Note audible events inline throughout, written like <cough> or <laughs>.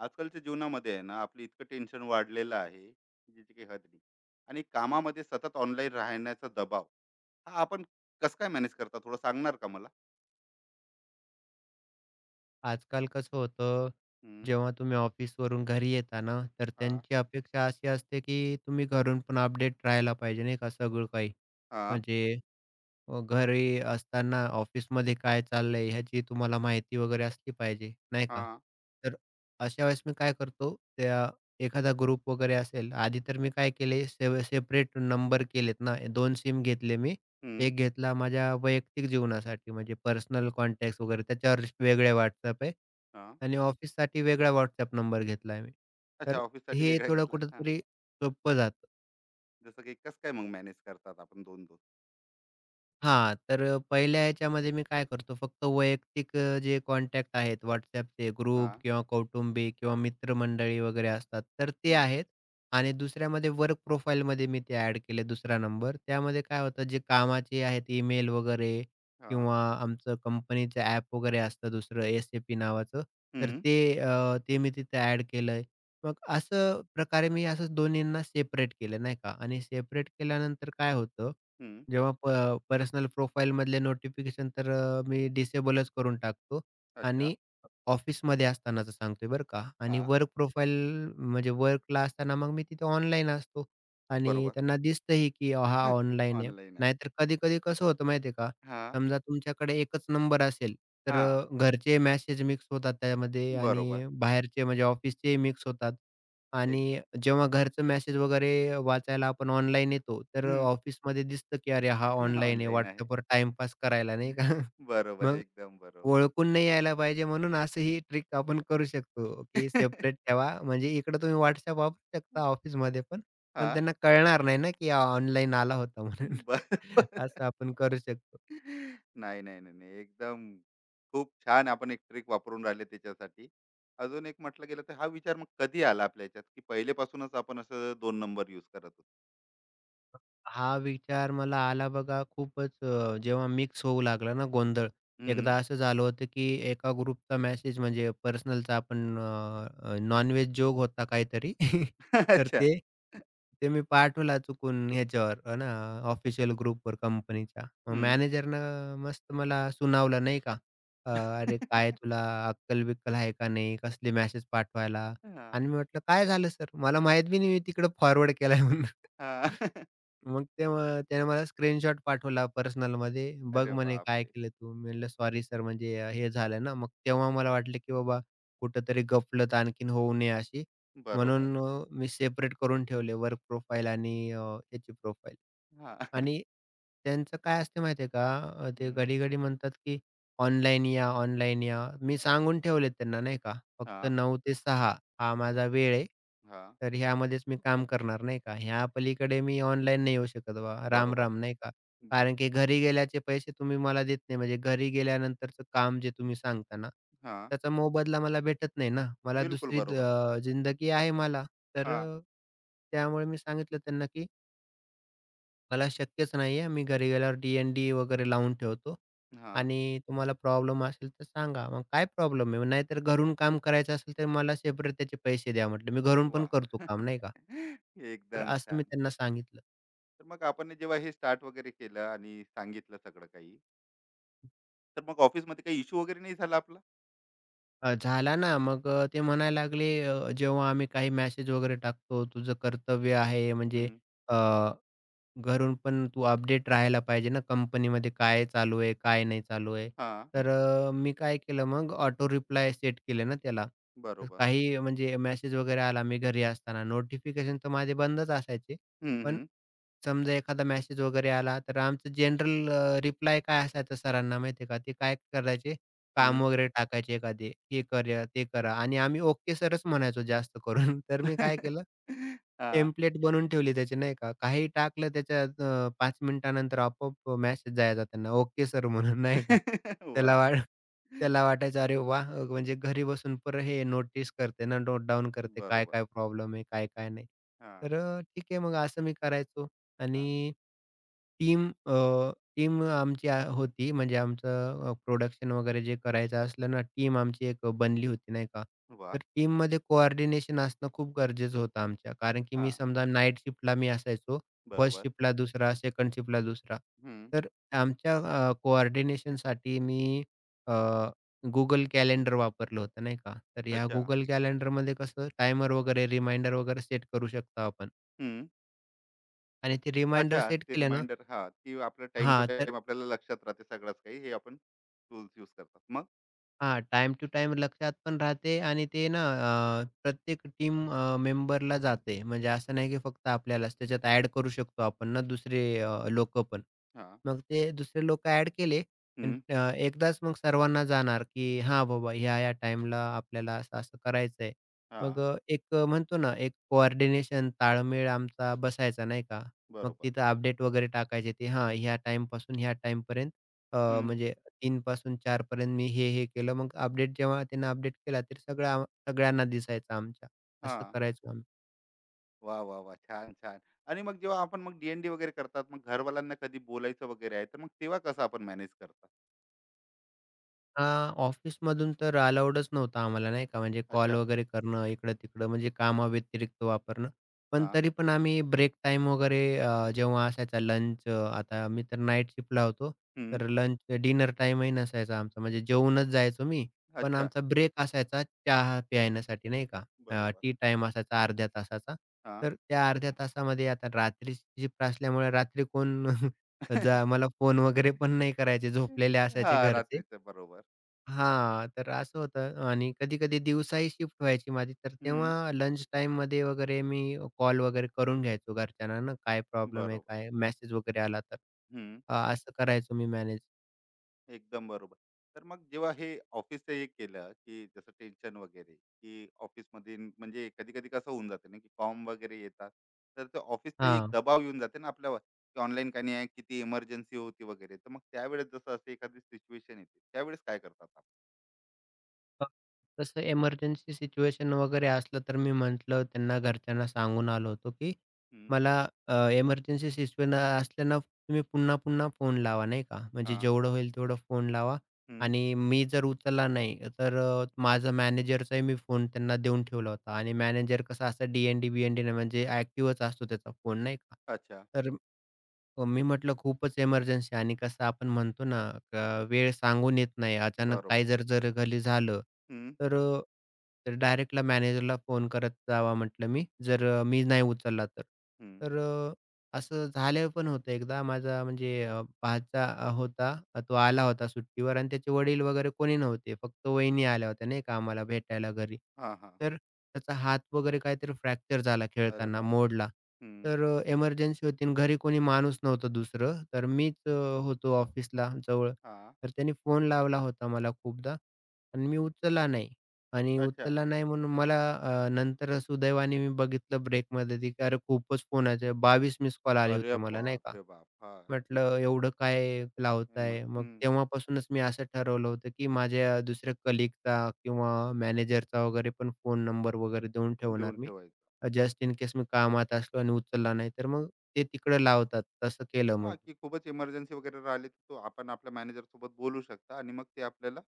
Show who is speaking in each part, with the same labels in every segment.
Speaker 1: आजकालच्या जीवनामध्ये आहे ना आपलं इतकं टेन्शन वाढलेलं आहे ज्याची काही हद नाही आणि कामामध्ये सतत ऑनलाईन राहण्याचा दबाव हा आपण कसं काय मॅनेज करता थोडं सांगणार का मला?
Speaker 2: आजकाल कसं होतं,
Speaker 1: हम्म,
Speaker 2: जेव्हा तुम्ही ऑफिसवरून घरी येता ना, तर
Speaker 1: हा,
Speaker 2: त्यांची अपेक्षा अशी असते, की तुम्ही घरून पण अपडेट राहायला पाहिजे, नाही का, सगळं काही.
Speaker 1: हा,
Speaker 2: म्हणजे घरी असताना ऑफिसमध्ये काय चाललंय ह्याची तुम्हाला माहिती वगैरे असली पाहिजे, नाही का?
Speaker 1: हा,
Speaker 2: तर अशा वेळेस मी काय करतो, त्या एखादा ग्रुप वगैरे असेल, आधी तर मी काय केले सेव सेपरेट नंबर केलेत ना, दोन सिम घेतले मी.
Speaker 1: हम्म,
Speaker 2: एक घेतला माझ्या वैयक्तिक जीवनासाठी म्हणजे पर्सनल कॉन्टॅक्ट्स वगैरे त्याच्यावर वेगळ्या WhatsApp आहे
Speaker 1: हा,
Speaker 2: आणि ऑफिससाठी वेगळा WhatsApp नंबर घेतलाय मी.
Speaker 1: अच्छा,
Speaker 2: तर
Speaker 1: ऑफिससाठी
Speaker 2: हे
Speaker 1: वेगळा
Speaker 2: थोडं
Speaker 1: घेतलाय हा.
Speaker 2: कुठेतरी सोपं जातं.
Speaker 1: जसं की कसं काय मग मॅनेज करतात आपण दोन दोन?
Speaker 2: हां, तर पहिल्या ह्याच्यामध्ये मी काय करतो फक्त वैयक्तिक जे कॉन्टॅक्ट आहेत WhatsAppचे
Speaker 1: हा,
Speaker 2: ग्रुप किंवा कौटुंबिक किंवा मित्रमंडळी वगैरे असतात, तर ते
Speaker 1: हम्म,
Speaker 2: आहेत आणि दुसऱ्यामध्ये वर्क प्रोफाईलमध्ये मी ते ॲड केले दुसरा नंबर. त्यामध्ये काय होतं जे कामाचे आहेत ईमेल वगैरे
Speaker 1: हा,
Speaker 2: किंवा आमचं कंपनीचं ॲप वगैरे असतं दुसरं एस-ए-पी नावाचं, तर
Speaker 1: हम्म,
Speaker 2: ते ते मी तिथे ॲड केलंय. मग असं प्रकारे मी असं दोन्हींना सेपरेट केलं नाही का आणि सेपरेट केल्यानंतर काय होतं
Speaker 1: हम्म,
Speaker 2: जेव्हा पर्सनल प्रोफाईलमधले नोटिफिकेशन तर मी डिसेबलच करून टाकतो
Speaker 1: अच्छा,
Speaker 2: आणि ऑफिसमध्ये असतानाचं सांगतोय बरं का आणि
Speaker 1: हा,
Speaker 2: वर्क प्रोफाईल म्हणजे वर्कला असताना मग मी तिथे ऑनलाईन असतो आणि
Speaker 1: बरोबर,
Speaker 2: त्यांना दिसतंही की हा ऑनलाईन आहे.
Speaker 1: ऑनलाईन आहे,
Speaker 2: नाहीतर कधी-कधी कसं होतं माहिती का?
Speaker 1: हा,
Speaker 2: समजा तुमच्याकडे एकच नंबर असेल, तर
Speaker 1: हा,
Speaker 2: घरचे मेसेज मिक्स होतात त्यामध्ये
Speaker 1: बरोबर,
Speaker 2: आणि बाहेरचे म्हणजे ऑफिसचेही मिक्स होतात.
Speaker 1: एकदम,
Speaker 2: आणि जेव्हा घरचं मेसेज वगैरे वाचायला आपण ऑनलाईन येतो, तर ऑफिसमध्ये दिसतं, की "अरे, हा ऑनलाईन आहे
Speaker 1: ऑनलाईन <laughs> आहे,
Speaker 2: WhatsAppवर टाईमपास करायला," नाही का? <laughs>
Speaker 1: बरोबर,
Speaker 2: मग
Speaker 1: एकदम बरोबर,
Speaker 2: ओळखून नाही यायला पाहिजे म्हणून असं ही ट्रिक आपण करू शकतो, की सेपरेट
Speaker 1: <laughs>
Speaker 2: ठेवा. म्हणजे इकडे तुम्ही WhatsApp वापरू शकता ऑफिसमध्ये पण, पण
Speaker 1: हां.
Speaker 2: त्यांना कळणार नाही ना, की ऑनलाईन आला होता म्हणून. <laughs>
Speaker 1: बरोबर.
Speaker 2: असं आपण करू शकतो.
Speaker 1: नाही, नाही, नाही, नाही. एकदम खूप छान, आपण एक ट्रिक वापरून राहिले त्याच्यासाठी. अजून एक म्हटलं गेलं तर हा विचार मग कधी आला आपल्या ह्याच्यात, की पहिलेपासूनच आपण असं दोन नंबर यूज करत होतो?
Speaker 2: हा विचार मला आला बघा खूपच जेव्हा मिक्स होऊ लागला ना गोंधळ.
Speaker 1: हं.
Speaker 2: एकदा असं झालं होतं, की एका ग्रुपचा मेसेज म्हणजे पर्सनलचा आपण अ, अ, नॉन होता काहीतरी. <laughs>
Speaker 1: <laughs>
Speaker 2: तर
Speaker 1: अच्छा.
Speaker 2: ते ते मी पाठवला चुकून ह्याच्यावर आहे ना ऑफिशियल ग्रुपवर कंपनीच्या. मग
Speaker 1: हं.
Speaker 2: मॅनेजरनं मस्त मला सुनावलं नाही का. अ, "अरे काय तुला अक्कल-बिक्कल आहे का नाही? कसले मेसेज पाठवायला?" आणि
Speaker 1: हां,
Speaker 2: मी म्हटलं, "काय झालं सर?" मला माहीत बी नाही मी तिकडे फॉरवर्ड केलाय म्हणून.
Speaker 1: हां.
Speaker 2: <laughs>
Speaker 1: <laughs>
Speaker 2: मग तेव्हा त्याने मला स्क्रीनशॉट पाठवला पर्सनलमध्ये. "बघ
Speaker 1: अरे
Speaker 2: म्हणे काय
Speaker 1: बापरे!
Speaker 2: केलं तू?" मी म्हटलं, "सॉरी सर म्हणजे हे झालं ना." मग तेव्हा मला
Speaker 1: हां.
Speaker 2: वाटलं, की बाबा कुठेतरी गफलत आणखीन होऊ नये अशी.
Speaker 1: बरोबर.
Speaker 2: म्हणून मी सेपरेट करून ठेवले वर्क प्रोफाइल आणि याची प्रोफाइल.
Speaker 1: हां.
Speaker 2: आणि त्यांचं काय असते माहिती आहे का? ते
Speaker 1: हं.
Speaker 2: घडी-घडी म्हणतात, की ऑनलाईन या, ऑनलाईन या. मी सांगून ठेवले त्यांना नाही का? फक्त
Speaker 1: हां,
Speaker 2: 9 ते सहा, हा माझा वेळ आहे.
Speaker 1: हां.
Speaker 2: तर ह्यामध्येच मी काम करणार नाही का? ह्या पलीकडे मी ऑनलाईन नाही येऊ शकत बाबा. राम,
Speaker 1: बरोबर.
Speaker 2: राम. नाही का? कारण
Speaker 1: एकदा.
Speaker 2: की घरी गेल्याचे पैसे तुम्ही मला देत नाही. म्हणजे घरी गेल्यानंतरचं काम जे तुम्ही सांगता ना,
Speaker 1: हां.
Speaker 2: त्याचा मोबदला मला भेटत नाही ना. मला
Speaker 1: बिलकुल
Speaker 2: दुसरी
Speaker 1: बरोबर.
Speaker 2: जिंदगी आहे मला. तर
Speaker 1: हां,
Speaker 2: त्यामुळे मी सांगितलं त्यांना, की मला शक्यच नाहीये. मी घरी गेल्यावर डी-एन-डी वगैरे लावून ठेवतो
Speaker 1: हां.
Speaker 2: आणि तुम्हाला प्रॉब्लेम असेल तर सांगा. मग काय प्रॉब्लेम आहे? नाहीतर घरून काम करायचं असेल तर मला सेपरेट त्याचे पैसे द्या म्हटलं. मी घरून पण करतो
Speaker 1: वाह!
Speaker 2: काम
Speaker 1: <laughs>
Speaker 2: नाही का. तर
Speaker 1: एकदम
Speaker 2: असं मी
Speaker 1: छान.
Speaker 2: त्यांना सांगितलं.
Speaker 1: तर मग आपण जेव्हा हे स्टार्ट वगैरे केलं आणि सांगितलं सगळं काही, तर मग ऑफिसमध्ये काही इश्यू वगैरे नाही झाला आपला?
Speaker 2: झाला ना मग ते म्हणायला लागले, जेव्हा आम्ही काही मेसेज वगैरे टाकतो, तुझं कर्तव्य आहे म्हणजे
Speaker 1: हं.
Speaker 2: घरून पण तू अपडेट राहायला पाहिजे ना, कंपनीमध्ये काय चालू आहे, काय नाही चालू आहे.
Speaker 1: हां.
Speaker 2: तर मी काय केलं मग ऑटो रिप्लाय सेट केले ना त्याला. तर
Speaker 1: बरोबर.
Speaker 2: काही म्हणजे मेसेज वगैरे आला मी घरी असताना नोटिफिकेशन तर माझे बंदच असायचे.
Speaker 1: हं,
Speaker 2: पण
Speaker 1: हं.
Speaker 2: समजा एखादा मेसेज वगैरे आला तर आमचं जनरल रिप्लाय काय असायचा सरांना माहिती आहे का? ते काय करायचे
Speaker 1: हं.
Speaker 2: काम वगैरे टाकायचे एखादे, "हे करूया, ते करा" आणि आम्ही "ओके सरच" म्हणायचो जास्त करून. <laughs> तर मी काय केलं,
Speaker 1: हां.
Speaker 2: टेम्प्लेट बनवून ठेवली त्याची नाही का. काहीही टाकलं त्याच्यात 5 मिनिटानंतर आपोआप मेसेज जायचा त्यांना "ओके सर" म्हणून नाही का. त्याला
Speaker 1: वाह! <laughs> <laughs>
Speaker 2: वाट त्याला वाटायचं अरे वाह! म्हणजे घरी बसून पर हे नोटीस करते ना, नोट डाउन करते
Speaker 1: बरोबर.
Speaker 2: काय-काय प्रॉब्लेम आहे, काय-काय नाही.
Speaker 1: हां,
Speaker 2: तर ठीक आहे मग असं मी करायचो
Speaker 1: हां.
Speaker 2: आणि टीम टीम आमची होती म्हणजे आमचं प्रोडक्शन वगैरे जे करायचं असलं ना, टीम आमची एक बनली होती नाही का. तर
Speaker 1: वाह!
Speaker 2: टीममध्ये कोऑर्डिनेशन असणं खूप गरजेचं होतं आमच्या. कारण की मी
Speaker 1: हां.
Speaker 2: समजा नाईट शिफ्टला मी असायचो. फर्स्ट
Speaker 1: बरोबर.
Speaker 2: शिफ्टला दुसरा, सेकंड शिफ्टला दुसरा.
Speaker 1: हं.
Speaker 2: तर आमच्या कोऑर्डिनेशनसाठी मी अ, Google कॅलेंडर वापरलं होतं नाही का. तर ह्या
Speaker 1: अच्छा.
Speaker 2: Google कॅलेंडरमध्ये कसं टायमर वगैरे रिमाइंडर वगैरे सेट करू शकतो आपण
Speaker 1: हं.
Speaker 2: आणि ते
Speaker 1: अच्छा.
Speaker 2: रिमाइंडर सेट
Speaker 1: ते
Speaker 2: केले ना
Speaker 1: रिमाइंडर, हां, की आपलं टाइम टू
Speaker 2: हां, तर
Speaker 1: टाईम आपल्याला लक्षात राहते सगळंच काही. हे आपण टूल्स यूज करतात. मग?
Speaker 2: हां, टाईम टू टाइम लक्षात पण राहते आणि ते ना प्रत्येक टीम मेंबरला जाते. म्हणजे असं नाही की फक्त आपल्यालाच त्याच्यात ॲड करू शकतो आपण ना दुसरे लोकं पण.
Speaker 1: हां.
Speaker 2: मग ते दुसरे लोकं ॲड केले आणि
Speaker 1: हं.
Speaker 2: एकदाच मग सर्वांना जाणार की हां, बाबा ह्या-ह्या टाईमला आपल्याला असं-असं करायचंय. मग
Speaker 1: हां.
Speaker 2: एक म्हणतो ना एक कोऑर्डिनेशन, ताळमेळ आमचा बसायचा नाही का. मग
Speaker 1: बरोबर.
Speaker 2: तिथं अपडेट वगैरे टाकायचे ते हां, ह्या टाईमपासून ह्या टाईमपर्यंत
Speaker 1: हं.
Speaker 2: म्हणजे 3 पासून 4 पर्यंत मी हे-हे केलं. मग अपडेट जेव्हा त्यांनी अपडेट केला, तर सगळ्यांना दिसायचा आमच्या. असं
Speaker 1: हां.
Speaker 2: करायचो
Speaker 1: वाह! वाह! वाह! छान, छान. आणि मग जेव्हा आपण मग DND वगैरे करतात, मग घरवाल्यांना कधी बोलायचं वगैरे आहे, तर मग तेव्हा कसं आपण मॅनेज करता?
Speaker 2: हां, ऑफिसमधून तर अलाउडच नव्हतं आम्हाला नाही का, म्हणजे कॉल
Speaker 1: अच्छा.
Speaker 2: वगैरे करणं इकडं-तिकडं म्हणजे कामाव्यतिरिक्त वापरणं. पण
Speaker 1: हां.
Speaker 2: तरी पण आम्ही ब्रेक टाईम वगैरे जेव्हा असायचा लंच आता मी तर नाईट शिफ्टला होतो,
Speaker 1: हं.
Speaker 2: तर लंच डिनर टाईमही नसायचा आमचा म्हणजे जेवूनच जायचो मी. पण
Speaker 1: अच्छा.
Speaker 2: आमचा ब्रेक असायचा चहा प्यायण्यासाठी नाही का,
Speaker 1: बरोबर.
Speaker 2: टी टाईम असायचा अर्ध्या तासाचा.
Speaker 1: हा.
Speaker 2: तर त्या अर्ध्या तासामध्ये आता रात्री शिफ्ट असल्यामुळे रात्री कोण <laughs> जा
Speaker 1: <laughs>
Speaker 2: मला फोन वगैरे पण नाही करायचे, झोपलेले असायचे
Speaker 1: हां,
Speaker 2: घरचे.
Speaker 1: रात्रीचं. बरोबर.
Speaker 2: हां, तर असं होतं आणि कधी-कधी दिवसाही शिफ्ट व्हायची माझी, तर
Speaker 1: हं.
Speaker 2: तेव्हा लंच टाईममध्ये वगैरे मी कॉल वगैरे करून घ्यायचो घरच्यांना ना, काय प्रॉब्लेम आहे,
Speaker 1: बरोबर.
Speaker 2: काय मेसेज वगैरे आला तर.
Speaker 1: हं.
Speaker 2: असं करायचो मी मॅनेज.
Speaker 1: एकदम बरोबर. तर मग जेव्हा हे ऑफिसचं हे केलं, की जसं टेन्शन वगैरे, की ऑफिसमध्ये म्हणजे कधी-कधी कसं होऊन जाते ना, की फॉर्म वगैरे येतात. तर ते ऑफिसचाही एक
Speaker 2: हां.
Speaker 1: दबाव येऊन जाते ना आपल्यावर, की ऑनलाईन काही नाही आहे, किती इमर्जन्सी होती वगैरे. तर मग त्यावेळेस जसं असते एखादी सिच्युएशन येते, त्यावेळेस काय करतात आपण?
Speaker 2: अ, तसं इमर्जन्सी सिच्युएशन वगैरे असलं, तर मी म्हटलं त्यांना घरच्यांना सांगून आलो होतो, की
Speaker 1: हं,
Speaker 2: मला इमर्जन्सी सिच्युएशन असलं तुम्ही पुन्हा-पुन्हा फोन लावा, नाही का. म्हणजे
Speaker 1: हां,
Speaker 2: जेवढं होईल तेवढं फोन लावा
Speaker 1: हं,
Speaker 2: आणि मी जर उचलला नाही, तर माझा मॅनेजरचाही मी फोन त्यांना देऊन ठेवला होता आणि मॅनेजर कसा असा डी-एन-डी, बी-एन-डी म्हणजे ॲक्टिव्हच असतो त्याचा फोन, नाही का.
Speaker 1: अच्छा.
Speaker 2: तर हो, मी म्हटलं खूपच इमर्जन्सी आणि कसं आपण म्हणतो ना, वेळ सांगून येत नाही. अचानक
Speaker 1: बरोबर.
Speaker 2: काही जर जर घरी झालं,
Speaker 1: हं,
Speaker 2: तर तर डायरेक्टला मॅनेजरला फोन करत जावा म्हटलं मी, जर मी नाही उचलला तर.
Speaker 1: हं.
Speaker 2: तर असं झालं पण होतं एकदा माझा म्हणजे भाचा होता. तो आला होता सुट्टीवर आणि त्याचे वडील वगैरे कोणी नव्हते. फक्त वहिनी आल्या होत्या नाही का आम्हाला भेटायला घरी.
Speaker 1: हां, हां.
Speaker 2: तर त्याचा हात वगैरे काहीतरी फ्रॅक्चर झाला
Speaker 1: अरे
Speaker 2: खेळताना,
Speaker 1: बापरे!
Speaker 2: मोडला.
Speaker 1: हं,
Speaker 2: तर इमर्जन्सी होती आणि घरी कोणी माणूस नव्हतं दुसरं. तर मीच होतो ऑफिसला जवळ.
Speaker 1: हां.
Speaker 2: तर त्यांनी फोन लावला होता मला खूपदा आणि मी उचलला नाही. आणि
Speaker 1: अच्छा.
Speaker 2: उचलला नाही म्हणून मला नंतर सुदैवाने मी बघितलं ब्रेकमध्ये ती की अरे खूपच फोनाचे 22 मिस कॉल आले
Speaker 1: अरे
Speaker 2: होते मला नाही का.
Speaker 1: बापरे बाप! हां.
Speaker 2: म्हटलं एवढं काय
Speaker 1: मग
Speaker 2: लावताय? मग
Speaker 1: हं.
Speaker 2: तेव्हापासूनच मी असं ठरवलं होतं, की माझ्या दुसऱ्या कलीगचा किंवा मॅनेजरचा वगैरे पण फोन नंबर वगैरे देऊन
Speaker 1: देऊन
Speaker 2: ठेवणार मी.
Speaker 1: ठेवायचं.
Speaker 2: जस्ट इन केस मी कामात असलो आणि उचलला नाही तर मग ते तिकडं लावतात. तसं केलं
Speaker 1: हां,
Speaker 2: मग. मी.
Speaker 1: की खूपच इमर्जन्सी वगैरे राहिली, तर तो आपण आपल्या मॅनेजर सोबत बोलू शकता आणि मग ते आपल्याला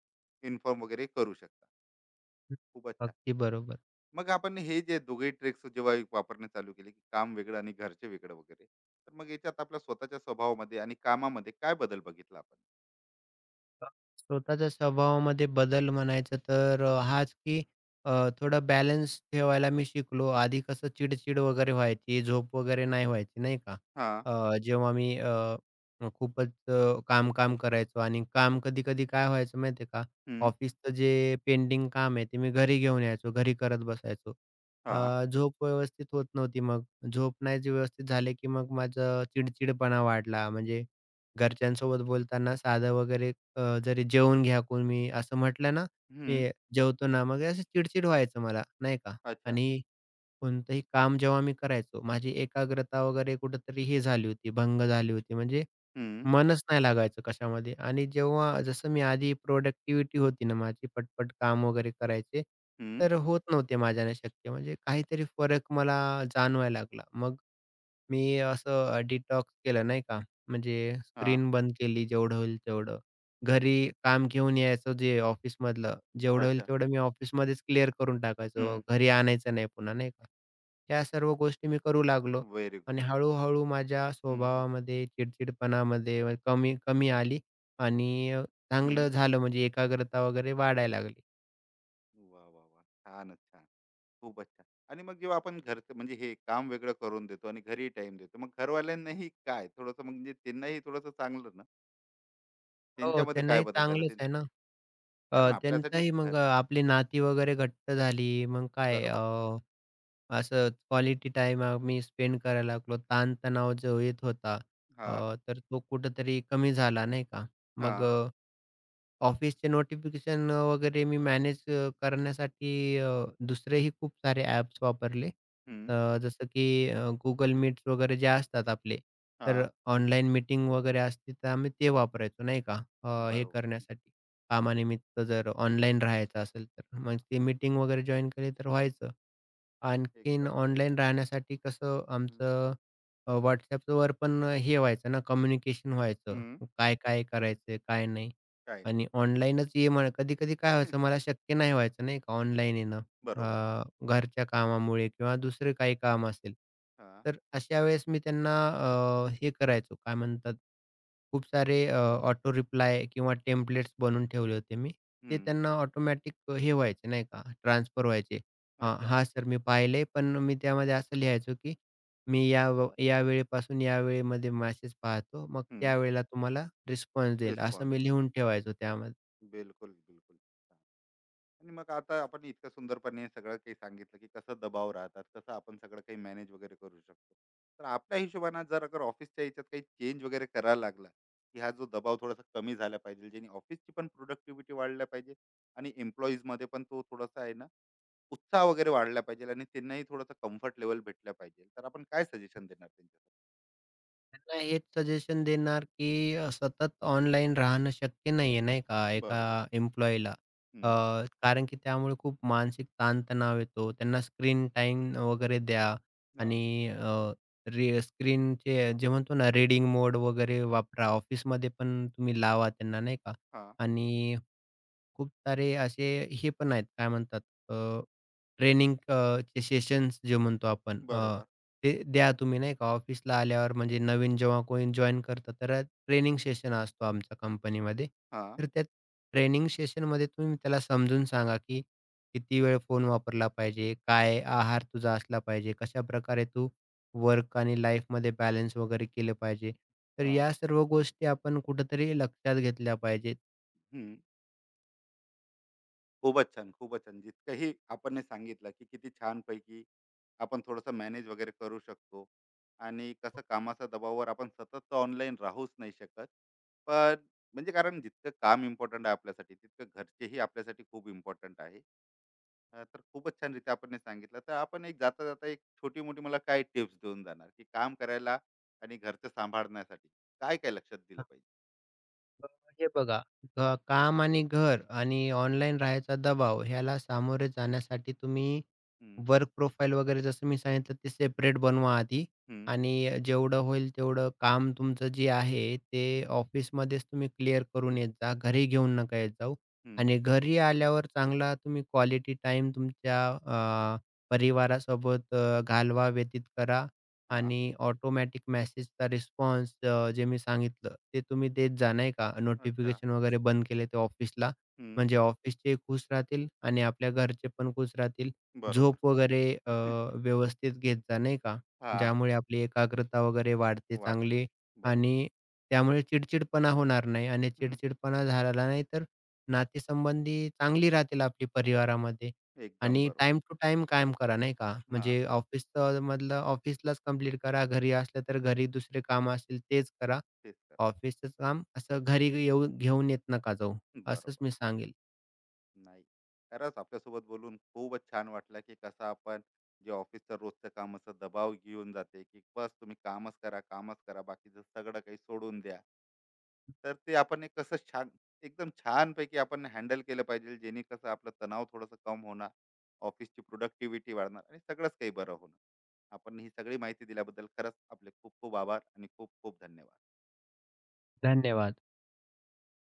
Speaker 1: इन्फॉर्म वगैरे करू शकता.
Speaker 2: हं,
Speaker 1: खूपच छान.
Speaker 2: अगदी बरोबर.
Speaker 1: मग आपण हे जे दोघेही ट्रिक्स जेव्हा वापरणे चालू केले, की काम वेगळं आणि घरचे वेगळं वगैरे, तर मग याच्यात आपल्या स्वतःच्या स्वभावामध्ये आणि कामामध्ये काय बदल बघितला आपण?
Speaker 2: स्वतःच्या स्वभावामध्ये बदल म्हणायचं तर हाच की अ, थोडं बॅलन्स ठेवायला मी शिकलो. आधी कसं चिडचिड वगैरे व्हायची, झोप वगैरे नाही व्हायची नाही का.
Speaker 1: हां,
Speaker 2: अ, जेव्हा मी अ, अ, खूपच अ, काम-काम करायचो आणि काम कधी-कधी काय व्हायचं माहिती आहे का,
Speaker 1: हं,
Speaker 2: ऑफिसचं जे पेंडिंग काम आहे ते मी घरी घेऊन यायचो, घरी करत बसायचो.
Speaker 1: हां,
Speaker 2: झोप व्यवस्थित होत नव्हती मग. झोप नाही जी व्यवस्थित झाली की मग माझं चिडचिडपणा वाढला. म्हणजे घरच्यांसोबत बोलताना साधं वगैरे जरी जेवून घ्या कोणी असं म्हटलं ना,
Speaker 1: हं,
Speaker 2: मी जेवतो ना, मग असं चिडचिड व्हायचं मला नाही का.
Speaker 1: अच्छा,
Speaker 2: आणि कोणतंही काम जेव्हा मी करायचो, माझी एकाग्रता वगैरे कुठेतरी ही झाली होती, भंग झाली होती. म्हणजे
Speaker 1: हं,
Speaker 2: मनच नाही लागायचं कशामध्ये आणि जेव्हा जसं मी आधी प्रोडक्टिव्हिटी होती ना माझी, पटपट काम वगैरे करायचे,
Speaker 1: हं,
Speaker 2: तर होत नव्हते माझ्याने शक्य. म्हणजे काहीतरी फरक मला जाणवायला लागला. मग मी असं डिटॉक्स केलं नाही का, म्हणजे
Speaker 1: हां,
Speaker 2: स्क्रीन बंद केली जेवढं होईल तेवढं. घरी काम घेऊन यायचं जे ऑफिसमधलं, जेवढं होईल
Speaker 1: अच्छा,
Speaker 2: तेवढं मी ऑफिसमध्येच क्लिअर करून
Speaker 1: हं,
Speaker 2: टाकायचो. घरी आणायचं नाही पुन्हा नाही का. ह्या सर्व गोष्टी मी करू लागलो
Speaker 1: व्हेरी गुड.
Speaker 2: आणि हळू-हळू माझ्या
Speaker 1: हं, हं,
Speaker 2: स्वभावामध्ये, चिडचिडपणामध्ये व कमी कमी आली आणि
Speaker 1: हं.
Speaker 2: चांगलं झालं म्हणजे एकाग्रता वगैरे वाढायला लागली.
Speaker 1: वाह, वाह, वाह! छानच, छान. खूपच अच्छा. आणि मग जेव्हा आपण घरचं म्हणजे हे काम वेगळं करून देतो आणि घरी टाइम देतो मग घरवाल्यांनाही काय थोडंसं म्हणजे त्यांनाही थोडंसं चांगलं ना,
Speaker 2: हो,
Speaker 1: त्यांच्यामध्ये काय
Speaker 2: त्यांनाही
Speaker 1: बदल झाला ते?
Speaker 2: चांगलंच आहे ना.
Speaker 1: कारण आपल्यासाठी
Speaker 2: त्यांचाही
Speaker 1: घर.
Speaker 2: मग आपली नाती वगैरे घट्ट झाली. मग काय
Speaker 1: बरोबर.
Speaker 2: असंच क्वालिटी टाईम आम्ही स्पेंड करायला लागलो. ताणतणाव जो येत होता
Speaker 1: हा,
Speaker 2: तर तो कुठेतरी कमी झाला नाही का.
Speaker 1: हा,
Speaker 2: मग ऑफिसचे नोटिफिकेशन वगैरे मी मॅनेज करण्यासाठी अ, दुसरेही खूप सारे ॲप्स वापरले.
Speaker 1: हम्म,
Speaker 2: जसं की Google Meets वगैरे जे असतात आपले,
Speaker 1: हा,
Speaker 2: तर ऑनलाईन मीटिंग वगैरे असते, तर आम्ही ते वापरायचो नाही का, हे
Speaker 1: बरोबर, हम्म,
Speaker 2: करण्यासाठी.
Speaker 1: वा,
Speaker 2: कामानिमित्त जर ऑनलाईन राहायचं असेल तर.
Speaker 1: हा,
Speaker 2: मग ती मीटिंग वगैरे जॉइन केली तर व्हायचं. आणखीन
Speaker 1: एकदम बरोबर,
Speaker 2: ऑनलाईन राहण्यासाठी कसं
Speaker 1: हम्म,
Speaker 2: आमचं WhatsAppवर पण हे व्हायचं ना, कम्युनिकेशन व्हायचं.
Speaker 1: हम्म,
Speaker 2: काय-काय करायचंय, काय नाही.
Speaker 1: काय नाही,
Speaker 2: आणि ऑनलाईनच ये म्हणा कधी-कधी काय व्हायचं
Speaker 1: <laughs>
Speaker 2: मला शक्य नाही व्हायचं नाही का ऑनलाईन येणं.
Speaker 1: बरोबर,
Speaker 2: घरच्या कामामुळे किंवा दुसरे काही काम असेल.
Speaker 1: हा,
Speaker 2: तर अशा वेळेस मी त्यांना हे करायचो काय म्हणतात खूप सारे ऑटो रिप्लाय किंवा टेम्पलेट्स बनवून ठेवले होते मी. ते
Speaker 1: हम्म,
Speaker 2: त्यांना ऑटोमॅटिक हे व्हायचे नाही का ट्रान्सफर व्हायचे.
Speaker 1: अच्छा,
Speaker 2: अ, सर मी पाहिलंय पण मी त्यामध्ये असं लिहायचो की मी या व या वेळेपासून या वेळेमध्ये मॅसेज पाहतो. मग
Speaker 1: हम्म,
Speaker 2: त्यावेळेला तुम्हाला रिस्पॉन्स देईल, असं
Speaker 1: रिस्पॉन्स
Speaker 2: मी
Speaker 1: देतो,
Speaker 2: लिहून ठेवायचो त्यामध्ये.
Speaker 1: बिलकुल बिलकुल. आणि मग आता आपण इतकं सुंदरपणे सगळं काही सांगितलं की कसं दबाव राहतात, कसं आपण सगळं काही मॅनेज वगैरे करू शकतो. तर आपल्या हिशोबाने जर अगर ऑफिसच्या ह्याच्यात काही चेंज वगैरे करायला लागला, की हा जो दबाव थोडासा कमी झाला पाहिजे, ज्याने ऑफिसची पण प्रोडक्टिव्हिटी वाढल्या पाहिजे आणि एम्प्लॉईजमध्ये पण तो थोडासा आहे ना, उत्साह वगैरे वाढला पाहिजे आणि त्यांनाही थोडासा कम्फर्ट लेव्हल भेटला पाहिजे. तर आपण काय सजेशन देणार त्यांच्यासाठी?
Speaker 2: त्यांना हेच सजेशन देणार, की सतत ऑनलाईन राहणं शक्य नाही आहे, नाही का, एका
Speaker 1: बरोबर.
Speaker 2: एम्प्लॉयीला.
Speaker 1: हं.
Speaker 2: कारण की त्यामुळे खूप मानसिक ताणतणाव येतो. त्यांना स्क्रीन टाईम वगैरे द्या
Speaker 1: हां,
Speaker 2: आणि अ, रे स्क्रीनचे जे म्हणतो ना, रीडिंग मोड वगैरे वापरा. ऑफिसमध्ये पण तुम्ही लावा त्यांना, नाही का?
Speaker 1: हां.
Speaker 2: आणि खूप सारे असे हे पण आहेत काय म्हणतात अ, ट्रेनिंग चे सेशन्स जे म्हणतो आपण
Speaker 1: बरोबर.
Speaker 2: ते द्या तुम्ही नाही का ऑफिसला आल्यावर म्हणजे नवीन जेव्हा कोणी जॉईन करतं तर ट्रेनिंग सेशन असतो आमच्या कंपनीमध्ये.
Speaker 1: हां,
Speaker 2: तर त्या ट्रेनिंग सेशनमध्ये तुम्ही त्याला समजून सांगा, की किती वेळ फोन वापरला पाहिजे, काय आहार तुझा असला पाहिजे, कशाप्रकारे तू वर्क आणि लाईफमध्ये बॅलन्स वगैरे केलं पाहिजे. तर
Speaker 1: हां.
Speaker 2: या सर्व गोष्टी आपण कुठेतरी लक्षात घेतल्या पाहिजेत.
Speaker 1: हं. खूपच छान, खूपच छान. जितकंही आपण हे सांगितलं, की किती छानपैकी आपण थोडंसं मॅनेज वगैरे करू शकतो आणि कसं कामाच्या दबावावर आपण सतत ऑनलाईन राहूच नाही शकत. पण म्हणजे कारण जितकं काम इम्पोर्टंट आहे आपल्यासाठी, तितकं घरचेही आपल्यासाठी खूप इम्पोर्टंट आहे. तर खूपच छानरीत्या आपण हे सांगितलं. तर आपण एक जाता-जाता एक छोटी-मोठी मला काय टिप्स देऊन जाणार, की काम करायला आणि घरचं सांभाळण्यासाठी काय-काय लक्षात दिलं पाहिजे?
Speaker 2: अ, हे बघा काम आणि घर आणि ऑनलाईन राहायचा दबाव ह्याला सामोरे जाण्यासाठी तुम्ही
Speaker 1: हं,
Speaker 2: वर्क प्रोफाइल वगैरे जसं मी सांगितलं ते सेपरेट बनवा आधी
Speaker 1: हं,
Speaker 2: आणि जेवढं होईल तेवढं काम तुमचं जे आहे ते ऑफिसमध्येच तुम्ही क्लिअर करून येत जा. घरी घेऊन नका येत जाऊ
Speaker 1: हं.
Speaker 2: आणि घरी आल्यावर चांगला तुम्ही क्वालिटी टाइम तुमच्या अ, परिवारासोबत घालवा, व्यतीत करा
Speaker 1: हां.
Speaker 2: आणि ऑटोमॅटिक मेसेजचा रिस्पॉन्स जे मी सांगितलं ते तुम्ही देत जा, नाही का.
Speaker 1: अच्छा.
Speaker 2: नोटिफिकेशन वगैरे बंद केले ते ऑफिसला.
Speaker 1: हं.
Speaker 2: म्हणजे ऑफिसचे खुश राहतील आणि आपल्या घरचे पण खुश राहतील.
Speaker 1: बरोबर.
Speaker 2: झोप वगैरे व्यवस्थित घेत जा, नाही का?
Speaker 1: हां,
Speaker 2: ज्यामुळे आपली एकाग्रता वगैरे वाढते
Speaker 1: वाढतात.
Speaker 2: चांगली
Speaker 1: बरोबर.
Speaker 2: आणि त्यामुळे चिडचिडपणा होणार नाही आणि
Speaker 1: हं,
Speaker 2: चिडचिडपणा झाला नाही तर नातेसंबंधी चांगली राहतील आपली परिवारामध्ये
Speaker 1: एकदम
Speaker 2: आणि
Speaker 1: बरोबर.
Speaker 2: टाईम टू टाईम काम करा, नाही का?
Speaker 1: हां,
Speaker 2: म्हणजे ऑफिसचं मधलं ऑफिसलाच कंप्लीट करा. घरी असलं तर घरी दुसरे काम असेल तेच करा.
Speaker 1: तेच करा.
Speaker 2: ऑफिसचं काम असं घरी येऊन घेऊन येत नका जाऊ. असंच
Speaker 1: बरोबर.
Speaker 2: मी सांगेल.
Speaker 1: नाही, खरंच आपल्यासोबत बोलून खूपच छान वाटलं, की कसं आपण जे ऑफिसचं रोजचं कामाचा दबाव घेऊन जाते, की बस तुम्ही कामच करा, कामच करा, बाकीचं सगळं काही सोडून द्या. तर ते आपण एक कसं छान एकदम छानपैकी आपण हँडल केलं पाहिजे, जेणे कसं आपलं तणाव थोडंसं कम होणार, ऑफिसची प्रोडक्टिव्हिटी वाढणार आणि सगळंच काही बरं होणार. आपण ही सगळी माहिती दिल्याबद्दल खरंच आपले खूप खूप आभार आणि खूप खूप धन्यवाद.
Speaker 2: धन्यवाद.